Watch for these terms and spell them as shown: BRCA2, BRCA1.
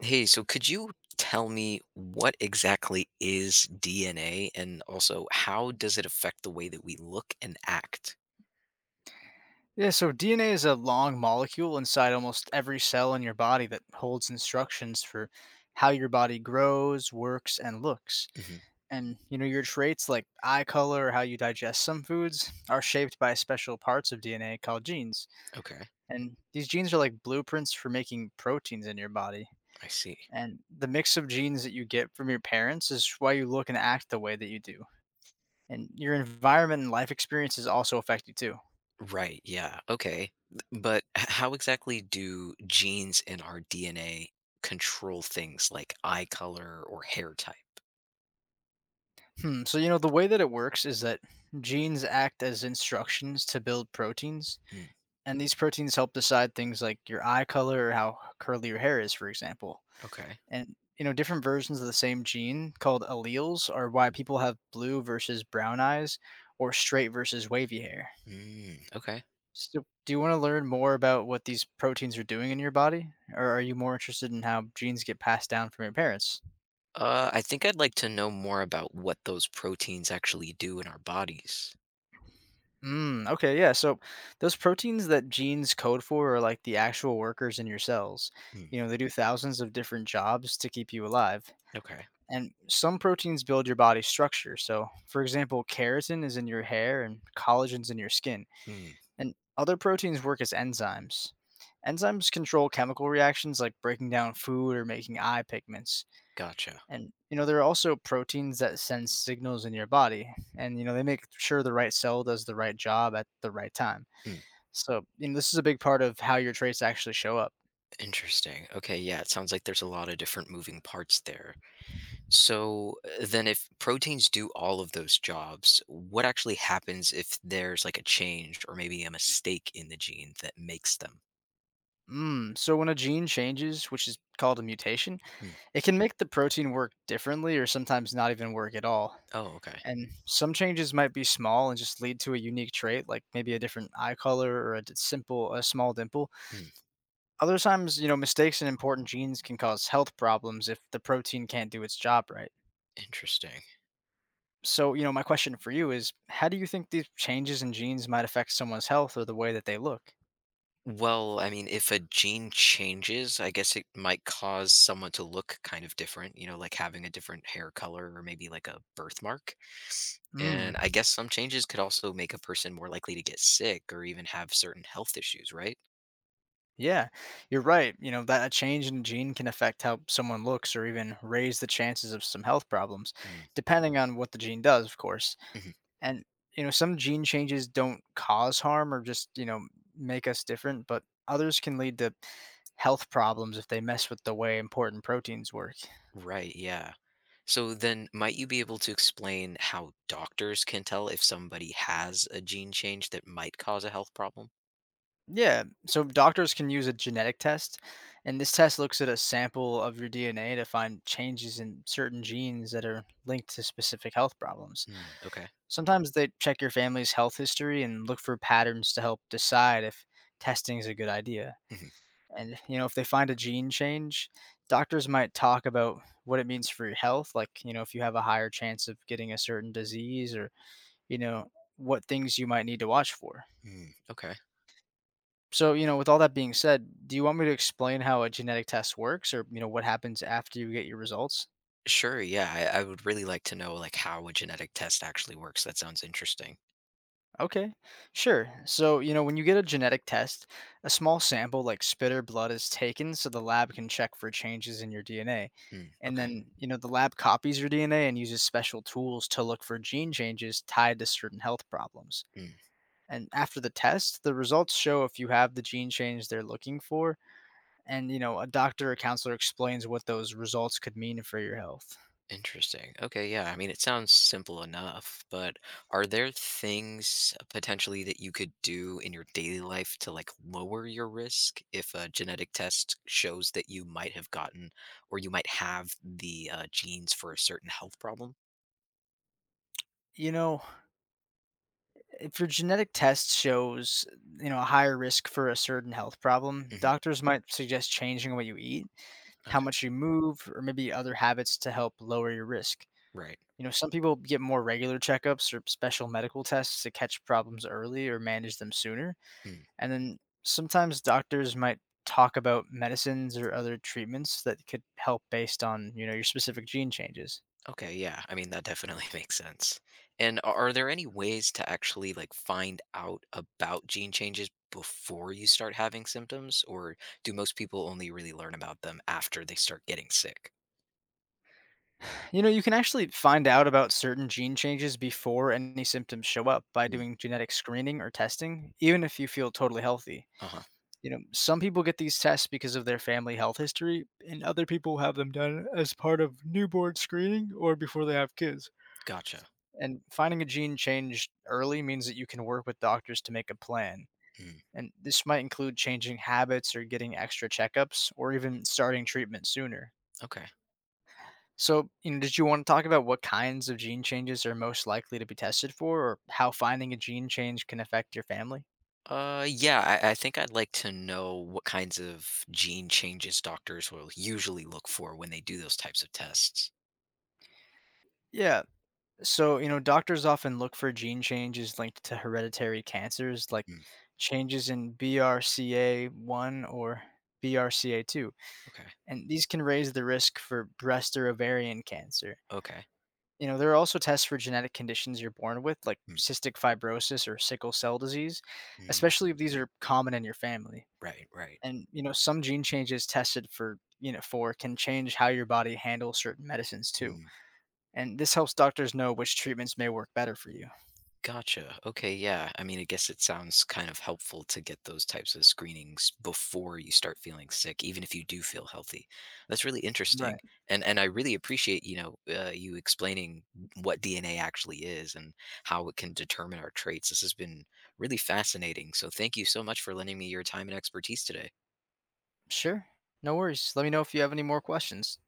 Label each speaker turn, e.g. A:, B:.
A: Hey, so could you tell me what exactly is DNA and also how does it affect the way that we look and act?
B: Yeah, so DNA is a long molecule inside almost every cell in your body that holds instructions for how your body grows, works, and looks.
A: Hmm.
B: And, you know, your traits like eye color or how you digest some foods are shaped by special parts of DNA called genes.
A: Okay.
B: And these genes are like blueprints for making proteins in your body.
A: I see.
B: And the mix of genes that you get from your parents is why you look and act the way that you do. And your environment and life experiences also affect you too.
A: Right, yeah, okay. How exactly do genes in our DNA control things like eye color or hair type?
B: Hmm. So, you know, the way that it works is that genes act as instructions to build proteins,
A: Mm,
B: and these proteins help decide things like your eye color or how curly your hair is, for example.
A: okay.
B: And, you know, different versions of the same gene called alleles are why people have blue versus brown eyes or straight versus wavy hair.
A: Mm, okay.
B: So, do you want to learn more about what these proteins are doing in your body, or are you more interested in how genes get passed down from your parents?
A: I think I'd like to know more about what those proteins actually do in our bodies.
B: Mm, okay, yeah. So those proteins that genes code for are like the actual workers in your cells.
A: Mm,
B: You know, they do thousands of different jobs to keep you alive.
A: okay.
B: And some proteins build your body's structure. So, for example, keratin is in your hair and collagen's in your skin.
A: Mm,
B: And other proteins work as enzymes. Enzymes control chemical reactions like breaking down food or making eye pigments.
A: gotcha.
B: And, you know, there are also proteins that send signals in your body. And, you know, they make sure the right cell does the right job at the right time.
A: Mm,
B: So, and this is a big part of how your traits actually show up.
A: interesting. Okay, yeah, it sounds like there's a lot of different moving parts there. So then, if proteins do all of those jobs, what actually happens if there's like a change or maybe a mistake in the gene that makes them?
B: Mm, so, when a gene changes, which is called a mutation,
A: Mm.
B: it can make the protein work differently or sometimes not even work at all.
A: Oh, okay.
B: And some changes might be small and just lead to a unique trait, like maybe a different eye color or a small dimple.
A: Mm,
B: Other times, you know, mistakes in important genes can cause health problems if the protein can't do its job right.
A: interesting.
B: So, you know, my question for you is how do you think these changes in genes might affect someone's health or the way that they look?
A: Well, I mean, if a gene changes, I guess it might cause someone to look kind of different, like having a different hair color or maybe like a birthmark. And
B: Mm.
A: I guess some changes could also make a person more likely to get sick or even have certain health issues, right?
B: Yeah, you're right. You know, that a change in gene can affect how someone looks or even raise the chances of some health problems,
A: Mm,
B: depending on what the gene does, of course.
A: mhm.
B: And, you know, some gene changes don't cause harm or just, you know, make us different, but others can lead to health problems if they mess with the way important proteins work.
A: Right, yeah. So then, might you be able to explain how doctors can tell if somebody has a gene change that might cause a health problem?
B: Yeah, so doctors can use a genetic test, and this test looks at a sample of your DNA to find changes in certain genes that are linked to specific health problems.
A: Mm, okay.
B: Sometimes they check your family's health history and look for patterns to help decide if testing is a good idea.
A: Mhm,
B: And you know, if they find a gene change, doctors might talk about what it means for your health, like, you know, if you have a higher chance of getting a certain disease or, you know, what things you might need to watch for.
A: mm, okay.
B: So, you know, with all that being said, do you want me to explain how a genetic test works or, you know, what happens after you get your results?
A: Sure, yeah, I would really like to know like how a genetic test actually works. That sounds interesting.
B: Okay, sure. So, you know, when you get a genetic test, a small sample like spit or blood is taken so the lab can check for changes in your DNA.
A: Mm,
B: And
A: okay.
B: then, you know, the lab copies your DNA and uses special tools to look for gene changes tied to certain health problems.
A: Mm,
B: And after the test, the results show if you have the gene change they're looking for. And, you know, a doctor or counselor explains what those results could mean for your health.
A: interesting. Okay, yeah. I mean, it sounds simple enough, but are there things potentially that you could do in your daily life to like lower your risk if a genetic test shows that you might have gotten or you might have the genes for a certain health problem?
B: You know, if your genetic test shows, you know, a higher risk for a certain health problem,
A: Hmm.
B: doctors might suggest changing what you eat, how
A: Okay,
B: much you move, or maybe other habits to help lower your risk.
A: right.
B: You know, some people get more regular checkups or special medical tests to catch problems early or manage them sooner.
A: Mm.
B: And then sometimes doctors might talk about medicines or other treatments that could help based on, you know, your specific gene changes.
A: Okay, yeah. I mean, that definitely makes sense. And are there any ways to actually like find out about gene changes before you start having symptoms, or do most people only really learn about them after they start getting sick?
B: You know, you can actually find out about certain gene changes before any symptoms show up by
A: Mm.
B: doing genetic screening or testing, even if you feel totally healthy.
A: Uh-huh.
B: You know, some people get these tests because of their family health history, and other people have them done as part of newborn screening or before they have kids.
A: Gotcha.
B: And finding a gene change early means that you can work with doctors to make a plan.
A: Mm.
B: And this might include changing habits or getting extra checkups or even starting treatment sooner.
A: Okay.
B: So, you know, did you want to talk about what kinds of gene changes are most likely to be tested for, or how finding a gene change can affect your family?
A: Yeah, I think I'd like to know what kinds of gene changes doctors will usually look for when they do those types of tests.
B: Yeah. So, you know, doctors often look for gene changes linked to hereditary cancers, like
A: Mm.
B: changes in BRCA1 or BRCA2.
A: Okay.
B: And these can raise the risk for breast or ovarian cancer.
A: Okay.
B: You know, there are also tests for genetic conditions you're born with, like
A: Mm.
B: cystic fibrosis or sickle cell disease,
A: Mm.
B: especially if these are common in your family.
A: Right, right.
B: And you know some gene changes tested for, you know, for can change how your body handles certain medicines too.
A: Mm.
B: And this helps doctors know which treatments may work better for you.
A: Gotcha. Okay, yeah. I mean, I guess it sounds kind of helpful to get those types of screenings before you start feeling sick, even if you do feel healthy. That's really interesting.
B: Right.
A: And I really appreciate, you explaining what DNA actually is and how it can determine our traits. This has been really fascinating. So thank you so much for lending me your time and expertise today.
B: Sure, no worries, let me know if you have any more questions.